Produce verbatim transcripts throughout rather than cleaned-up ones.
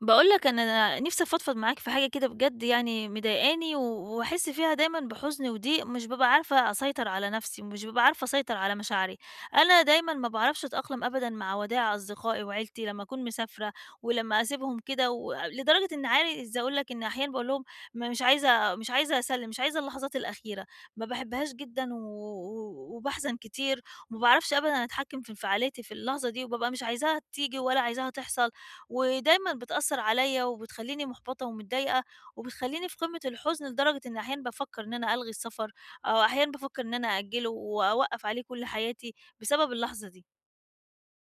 باقول لك أنا نِفْسي أفضفض معاك في حاجة كده بجد يعني مضايقاني، و وباحس فيها دايمًا بحُزن وضيق، مش بابقى عارفة أسيطر على نَفْسي، ومش بابقى عارفة أسيطر على مشاعري. أنا دايمًا ما باعرفش أتأقلم أبدًا مع وداع أصدقائي وعيلتي لمّا أكون مسافرة، ولمّا أسيبهم كده و لدرجة إن عايزة أقول لك إن أحيانًا باقول لهم م مش عايزة مش عايزة أسلِّم، مش عايزة اللحظات الأخيرة، ما باحبهاش جدًا و و وباحزن كتير، وما باعرفش أبدًا أتحكِّم في انفعالاتي في اللحظة دي، وبابقى مش عايزاها تيجي ولا عايزاها تحصل. ودايمًا بتأثّر عليَّ وبتخلّيني مُحبطة ومتضايقة، وبتخلّيني في قمة الحزن لدرجة إن أحيانًا بافكّر إن أنا ألغي السفر، أو أحيانًا بافكّر إن أنا أأجّله وأوقّف عليه كل حياتي بسبب اللحظة دي.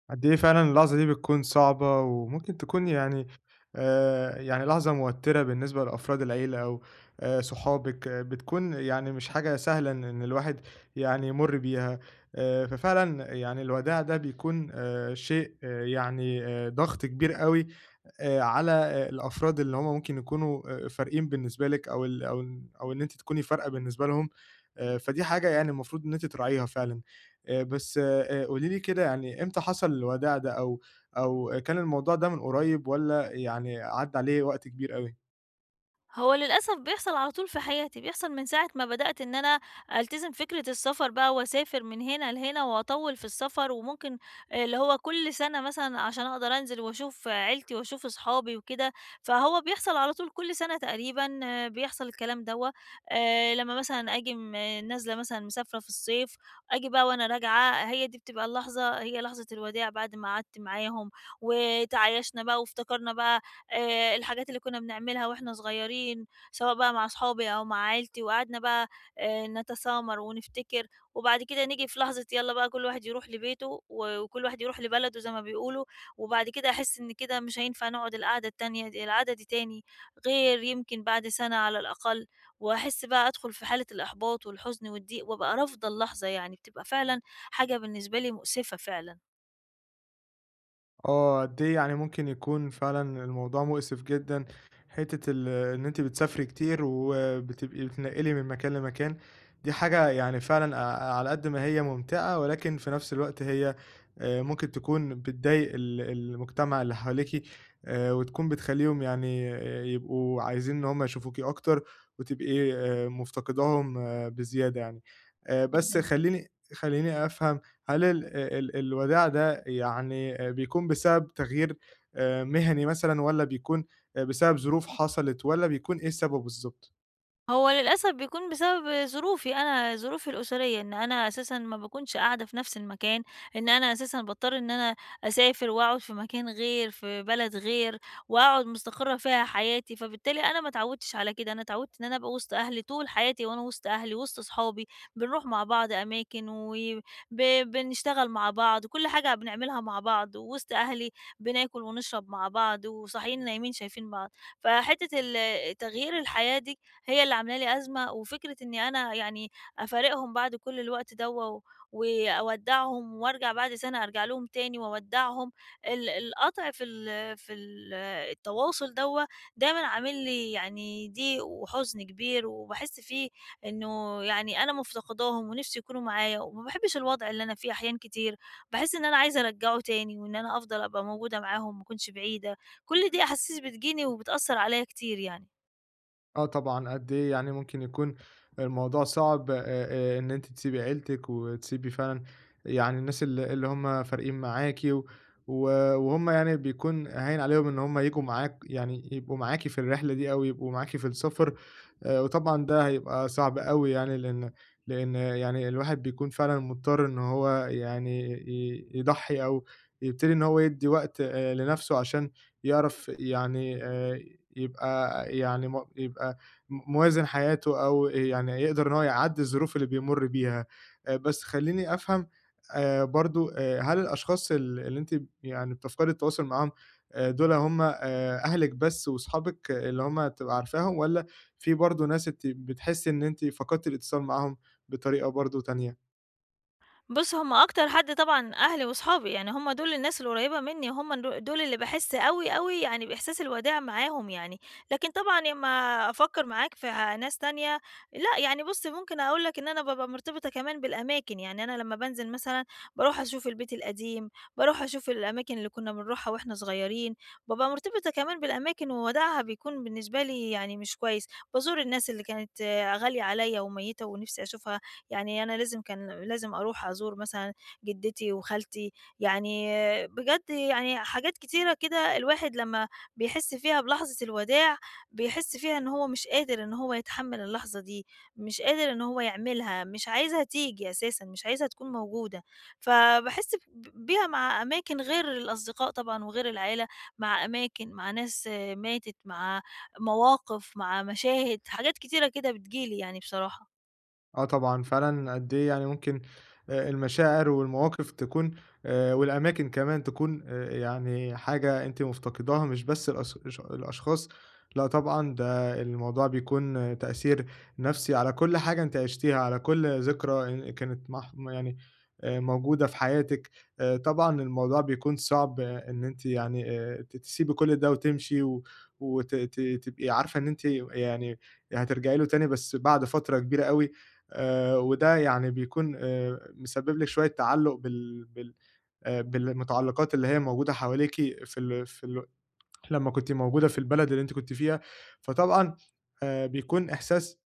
قد إيه فعلًا اللحظة دي بتكون صعبة، وممكن تكون يعني آآ، يعني لحظة موتِّرة بالنسبة لأفراد العيلة أو آآ، صحابِك، آه بتكون يعني مش حاجة سهلة إن إن الواحد يعني يمُر بيها. آآ، ففعلًا يعني الوداع ده بيكون آآ، شيء آه يعني آآ، ضغط كبير أوي آآ على آآ الأفراد اللي هم ممكن يكونوا آآ فارقين بالنسبة لِك أو ال أو ال أو إن أنتِ تكوني فارقة بالنسبة لهم. آآ فدي حاجة يعني المفروض إن أنتِ تراعيها فعلًا. آآ بس آآ قولي لي كده يعني إمتى حصل الوداع ده أو أو كان الموضوع ده من قريب والّا يعني عدّى عليه وقت كبير أوي؟ هو للأسف بيحصل على طول في حياتي، بيحصل من ساعة ما بدأت إن أنا ألتزم فكرة السفر بقى وأسافر من هنا لهنا وأطوّل في السفر، وممكن آه، اللي هو كل سنة مثلًا عشان أقدر أنزل وأشوف عيلتي وأشوف أصحابي وكده، فهو بيحصل على طول كل سنة تقريبًا آه، بيحصل الكلام دوّة، آآ لمّا مثلًا آجي م نازلة مثلًا مسافرة في الصيف، آجي بقى وأنا راجعة هي دي بتبقى اللحظة هي لحظة الوداع بعد ما قعدت معاهم وتعايشنا بقى وافتكرنا بقى آآ الحاجات اللي كنا بنعملها وإحنا صغيرين، سواء بقى مع أصحابي أو مع عيلتي، وقعدنا بقى آآ نتسامر ونفتكر، وبعد كده نيجي في لحظة يالّا بقى كل واحد يروح لبيته، و وكل واحد يروح لبلده زي ما بيقولوا، وبعد كده أحس إن كده مش هينفع نقعد القعدة التانية دي القعدة دي تاني، غير يمكن بعد سنة على الأقل، وأحس بقى أدخل في حالة الإحباط والحزن والضيق، وأبقى رافضة اللحظة يعني، بتبقى فعلًا حاجة بالنسبة لي مؤسفة فعلًا آه، قد إيه يعني ممكن يكون فعلًا الموضوع مؤسف جدًا، حتّة ال آه، إن أنتِ بتسافري كتير وبتبقي بتتنقلي من مكان لمكان، دي حاجة يعني فعلًا ع على قد ما هي ممتعة، ولكن في نفس الوقت هي آآ، ممكن تكون بتضايق ال المجتمع اللي حواليكِ. آآ، وتكون بتخلّيهم يعني آه، يبقوا عايزين إن هم يشوفوكِ أكتر، وتبقي آآ، مفتقداهم آه، بزيادة يعني. آآ، بس جدًا. خلّيني خلّيني أفهم. هل ال ال الوداع ده ده يعني آآ بيكون بسبب تغيير آآ مهني مثلًا والّا بيكون آآ بسبب ظروف حصلت، والّا بيكون إيه السبب بالضبط؟ هو للأسف بيكون بسبب ظروفي أنا، ظروفي الأسرية، إن أنا أساسًا ما باكونش قاعدة في نفس المكان، إن أنا أساسًا باضطر إن أنا أسافر وأقعد في مكان غير، في بلد غير، وأقعد مستقرة فيها حياتي، فبالتالي أنا ما اتعودتش على كده، أنا اتعودت إن أنا أبقى وسط أهلي طول حياتي وأنا وسط أهلي، وسط صحابي، بنروح مع بعض أماكن و ب بنشتغل مع بعض، كل حاجة بنعملها مع بعض، ووسط أهلي بناكل ونشرب مع بعض، وصاحيين نايمين شايفين بعض، فحتة ال تغيير الحياة دي هي اللي عاملة لي أزمة، وفكرة إني أنا يعني أفارقهم بعد كل الوقت دوّة، وأودّعهم وأرجع بعد سنة أرجع لهم تاني وأودّعهم، ال القطع في ال في ال التواصل دوّة دايمًا عامل لي يعني ضيق وحزن كبير، وباحس فيه إنه يعني أنا مفتقداهم ونِفسي يكونوا معايا، وما باحبش الوضع اللي أنا فيه أحيان كتير، باحس إن أنا عايزة أرجّعه تاني، وإن أنا أفضل أبقى موجودة معاهم، ما أكونش بعيدة، كل دي أحاسيس بتجيني وبتأثّر عليّا كتير يعني. آه طبعًا، قد إيه يعني ممكن يكون الموضوع صعب آآ، آآ، إن أنتِ تسيبي عيلتِك وتسيبي فعلًا يعني الناس ال اللي هم فارقين معاكِ و و- وهُم يعني بيكون هاين عليهم إن هم ييجوا معاك، يعني يبقوا معاكِ في الرحلة دي أو يبقوا معاكِ في السفر. آآ، وطبعًا ده هيبقى صعب أوي، يعني لإن لإن يعني الواحد بيكون فعلًا مضطر إن هو يعني ي يضحّي أو يبتدي إن هو يدّي وقت آآ، لنَفْسه عشان يعرف يعني آآ يبقى يعني م يبقى م موازن حياته، أو يعني يقدر إن هو يعدّي الظروف اللي بيمُر بيها. آآ بس خلّيني أفهم، آآ برضه آآ هل الأشخاص ال اللي أنتِ يعني بتفقدي التواصل معاهم، آآ دُول هم آآ أهلِك بس وصحابِك اللي هم بتبقى عارفاهم، والّا في برضه ناس أنتِ بتحسّي إن أنتِ فقدتِ الاتصال معاهم بطريقة برضه تانية؟ بُص، هم أكتر حد طبعًا أهلي وصحابي، يعني هم دول الناس القريبة منّي، هم دو دول اللي باحس أوي، أوي يعني بإحساس الوداع معاهم يعني، لكن طبعًا لمّا أفكّر معاك في ح ناس تانية لأ، يعني بُص ممكن أقول لك إن أنا بابقى مرتبطة كمان بالأماكن، يعني أنا لمّا بانزل مثلًا باروح أشوف البيت القديم، باروح أشوف الأماكن اللي كنا بنروحها وإحنا صغيرين، بابقى مرتبطة كمان بالأماكن ووداعها بيكون بالنسبة لي يعني مش كويس، بازور الناس اللي كانت آه، غالية عليّا وميتة ونِفْسي أشوفها يعني أنا لازم كان لازم أروح أزور مثلًا جدتي وخالتي، يعني بجد يعني حاجات كتيرة كده الواحد لمّا بيحس فيها بلحظة الوداع، بيحس فيها إن هو مش قادر إن هو يتحمّل اللحظة دي، مش قادر إن هو يعملها، مش عايزها تيجي أساسًا، مش عايزها تكون موجودة، فباحس ب بيها مع أماكن غير الأصدقاء طبعًا وغير العيلة، مع أماكن، مع ناس آه، ماتت، مع مواقف، مع مشاهد، حاجات كتيرة كده بتيجي لي يعني بصراحة. آه طبعًا، فعلًا قد إيه يعني ممكن آآ المشاعر والمواقف تكون آآ والأماكن كمان تكون آآ يعني حاجة أنتِ مفتقداها مش بس الأس ش الأشخاص. لأ طبعًا ده الموضوع بيكون آه، تأثير نفسي على كل حاجة أنتِ عشتيها، على كل ذكرى إن كانت مح يعني آآ موجودة في حياتِك. آآ طبعًا الموضوع بيكون صعب آه، إن أنتِ يعني آآ ت تسيبي كل ده وتمشي و وت ت تبقي عارفة إن أنتِ يعني هترجعي له تاني بس بعد فترة كبيرة أوي. آآ وده يعني بيكون آآ مسبب لِك شوية تعلُّق بال بال آآ بالمُتعلّقات اللي هي موجودة حواليكِ في ال في ال لمّا كنتِ موجودة في البلد اللي أنتِ كنتِ فيها. فطبعًا آآ بيكون إحساس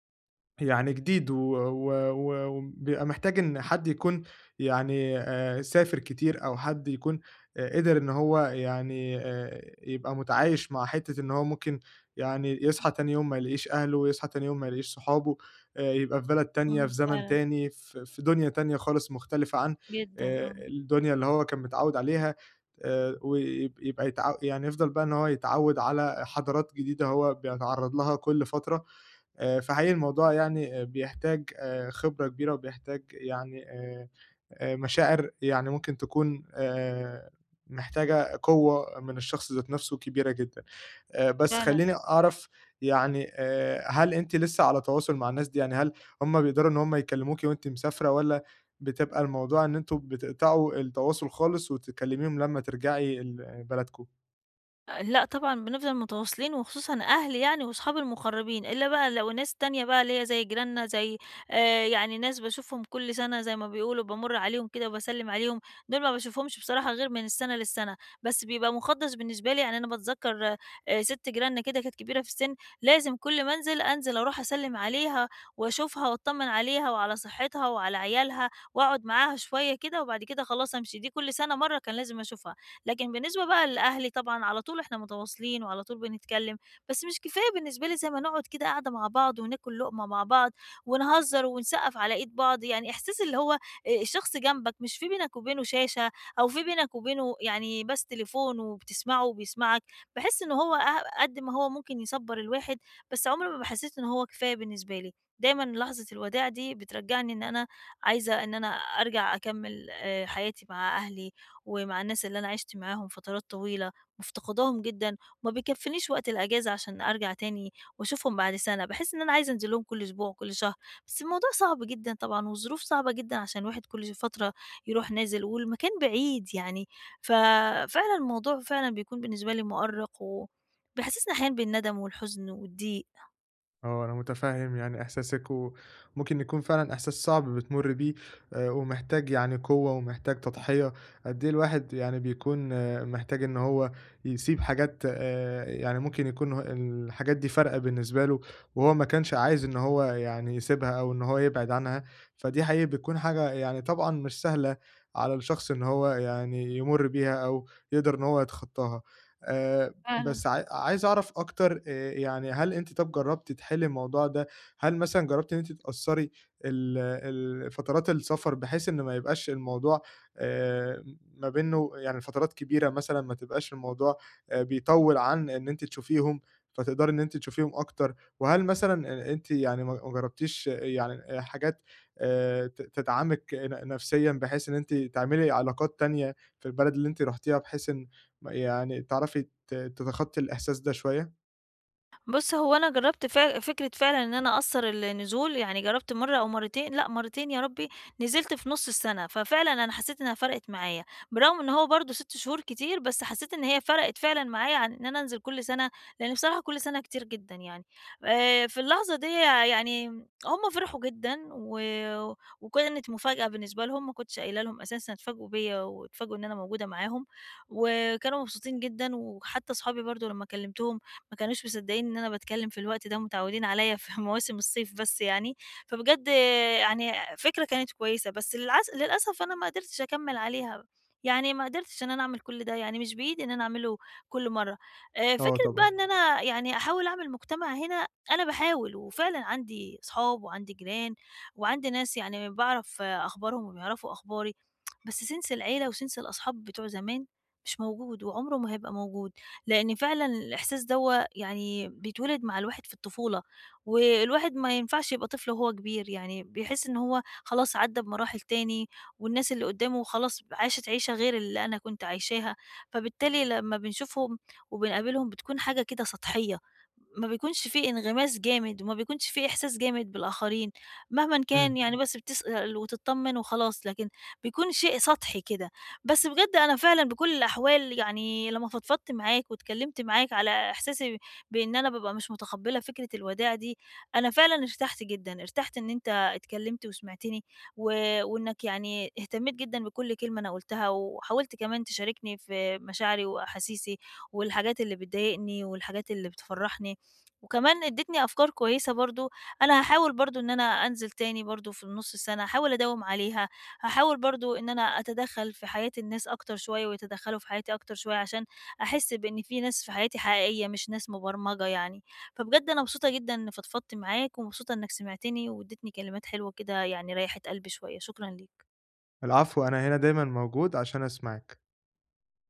يعني جديد و و و وبيبقى محتاج إن حد يكون يعني آآ سافر كتير، أو حد يكون آآ قدر إن هو يعني آآ يبقى متعايش مع حتّة إن هو ممكن يعني يصحى تاني يوم ما يلاقيش أهله، ويصحى تاني يوم ما يلاقيش صحابه. آآ يبقى في بلد تانية، في إمم. زمن فعلًا. تاني، في في دنيا تانية خالص مختلفة عن جدًا آآ آه، الدنيا اللي هو كان متعوّد عليها. آآ ويب يبقى يتع يعني يفضل بقى إن هو يتعوّد على حضارات جديدة هو بيتعرّض لها كل فترة. آآ، فحقيقي الموضوع يعني آآ، بيحتاج آآ، خبرة كبيرة، وبيحتاج يعني آآ، آآ، مشاعر يعني ممكن تكون آآ، محتاجة قوة من الشخص ذات نفسه كبيرة جدًا. آآ، بس فعلًا. خلّيني أعرف يعني آآ، هل أنتِ لسه على تواصل مع الناس دي؟ يعني هل هم بيقدروا إن هم يكلموكِ وأنتِ مسافرة، والّا بتبقى الموضوع إن أنتم بتقطعوا التواصل خالص وتكلميهم لمّا ترجعي ال آه، بلدكم؟ لأ طبعًا بنفضل متواصلين وخصوصًا أهلي يعني وأصحابي المقربين، إلا بقى لو ناس تانية بقى اللي هي زي جيراننا زي آآ، يعني ناس باشوفهم كل سنة زي ما بيقولوا، بامُر عليهم كده وباسلِّم عليهم، دول ما باشوفهمش بصراحة غير من السنة للسنة، بس بيبقى مُقدَّس بالنسبة لي، يعني أنا باتذكّر آآ، سِت جيراننا كده كانت كبيرة في السِن، لازم كل ما أنزل، أنزل أروح أسلِّم عليها وأشوفها وأطمّن عليها وعلى صحّتها وعلى عيالها وأقعد معاها شوية كده وبعد كده خلاص أمشي، دي كل سنة مرّة كان لازم أشوفها. لكن بالنسبة بقى لأهلي طبعًا على طول إحنا متواصلين وعلى طول بنتكلم، بس مش كفاية بالنسبة لي زي ما نقعد كده قاعدة مع بعض وناكل لقمة مع بعض ونهزر ونسقّف على إيد بعض، يعني إحساس اللي هو آآ الشخص جنبك مش في بينك وبينه شاشة أو في بينك وبينه يعني بس تليفون وبتسمعه وبيسمعك، باحس إن هو أه قد ما هو ممكن يصبّر الواحد، بس عمري ما حسيت إن هو كفاية بالنسبة لي، دايمًا لحظة الوداع دي بترجّعني إن أنا عايزة إن أنا أرجع أكمّل آآ حياتي مع أهلي، ومع الناس اللي أنا عِشت معاهم فترات طويلة، مفتقداهم جدًا، وما بيكفّينيش وقت الأجازة عشان أرجع تاني وأشوفهم بعد سَنة، باحس إن أنا عايزة أنزل لهم كل أسبوع وكل شهر، بس الموضوع صعب جدًا طبعًا والظروف صعبة جدًا عشان الواحد كل ش فترة يروح نازل والمكان بعيد يعني، ففعلًا الموضوع فعلًا بيكون بالنسبة لي مؤرّق وبيحسّسني أحيانًا بالندم والحزن والضيق. آه، أنا متفهم يعني إحساسِك، وممكن يكون فعلًا إحساس صعب بتمُرّي بيه. آآ، ومحتاج يعني قوة ومحتاج تضحية. قد إيه الواحد يعني بيكون آه، محتاج إن هو يسيب حاجات آآ، يعني ممكن يكون ه الحاجات دي فارقة بالنسبة له، وهو ما كانش عايز إن هو يعني يسيبها أو إن هو يبعد عنها. فدي حقيقي بتكون حاجة يعني طبعًا مش سهلة على الشخص إن هو يعني يمُرّ بيها أو يقدر إن هو يتخطاها. آآ فعلًا. بس عاي عايز أعرف أكتر، آآ يعني هل أنتِ طَب جرّبتِ تحلّي الموضوع ده؟ هل مثلًا جرّبتِ إن أنتِ تقصّري ال ال فترات السفر بحيث إن ما يبقاش الموضوع آآ ما بينه يعني فترات كبيرة، مثلًا ما تبقاش الموضوع آآ بيطوّل عن إن أنتِ تشوفيهم، فتقدري إن أنتِ تشوفيهم أكتر؟ وهل مثلًا آآ أنتِ يعني ما ما جرّبتيش آه، يعني آه، حاجات آآ ت تدعمِك ن نفسيًا بحيث إن أنتِ تعملي علاقات تانية في البلد اللي أنتِ رُحتيها، بحيث إن م يعني تعرفي ت تتخطّي الإحساس ده شوية؟ بُص، هو أنا جرّبت فع فكرة فعلًا إن أنا أقصّر النزول، يعني جرّبت مرّة أو مرّتين لأ، مرّتين يا ربي، نزلت في نُص السنة، ففعلًا أنا حسّيت إنها فرقِت معايا، بالرغم إن هو برضه ستة شهور كتير، بس حسّيت إن هي فرقِت فعلًا معايا عن إن أنا أنزل كل سنة، لإن بصراحة كل سنة كتير جدًا يعني. آآ في اللحظة دي يعني هم فرحوا جدًا و وكانت مفاجأة بالنسبة لهم، ما كنتش قايلة لهم أساسًا، اتفاجئوا بيّا واتفاجئوا إن أنا موجودة معاهم، وكانوا مبسوطين جدًا وحتّى صحابي برضه لمّا كلّمتهم ما كانوش مصدقين إن أنا باتكلم في الوقت ده، متعودين عليَّ في مواسم الصيف بس يعني، فبجد يعني فكرة كانت كويسة، بس للعس للأسف أنا ما قدرتش أكمّل عليها، يعني ما قدرتش إن أنا أعمل كل ده، يعني مش بإيدي إن أنا أعمله كل مرّة. آآ، آه فكرة بقى طبعًا. إن أنا يعني أحاول أعمل مجتمع هنا، أنا باحاول وفعلًا عندي صحاب وعندي جيران وعندي ناس يعني باعرف أخبارهم وبيعرفوا أخباري، بس سِنس العيلة وسِنس الأصحاب بتوع زمان مش موجود وعمره ما هيبقى موجود. لإن فعلًا الإحساس دوّة يعني بيتولد مع الواحد في الطفولة، والواحد ما ينفعش يبقى طفل وهو كبير، يعني بيحس إن هو خلاص عدّى بمراحل تاني، والناس اللي قدّامه خلاص عاشت عيشة غير اللي أنا كنت عايشاها، فبالتالي لمّا بنشوفهم وبنقابلهم بتكون حاجة كده سطحية، ما بيكونش في انغماس جامد، وما بيكونش في إحساس جامد بالآخرين، مهمًا إمم. كان يعني بس بتسأل وتتطمن وخلاص، لكن بيكون شيء سطحي كده، بس بجد أنا فعلًا بكل الأحوال يعني لمّا فضفضت معاك واتكلمت معاك على إحساسي بإن أنا بابقى مش متقبلة فكرة الوداع دي، أنا فعلًا ارتحت جدًا، ارتحت إن أنت اتكلمت وسمعتني، و وإنك يعني اهتميت جدًا بكل كلمة أنا قُلتها، وحاولت كمان تشاركني في مشاعري وأحاسيسي، والحاجات اللي بتضايقني والحاجات اللي بتفرحني، وكمان اديتني أفكار كويسة برضه، أنا هاحاول برضه إن أنا أنزل تاني برضه في النُص السنة، هاحاول أداوم عليها. هاحاول برضه إن أنا أتدخّل في حياة الناس أكتر شوية ويتدخّلوا في حياتي أكتر شوية عشان أحس بإن في ناس في حياتي حقيقية مش ناس مبرمجة يعني. فبجد أنا مبسوطة جدًا إني فضفضت معاك ومبسوطة إنك سمعتني وادّيتني كلمات حلوة كده يعني ريّحت قلبي شوية، شكرًا ليك. العفو، أنا هنا دايمًا موجود عشان أسمعِك.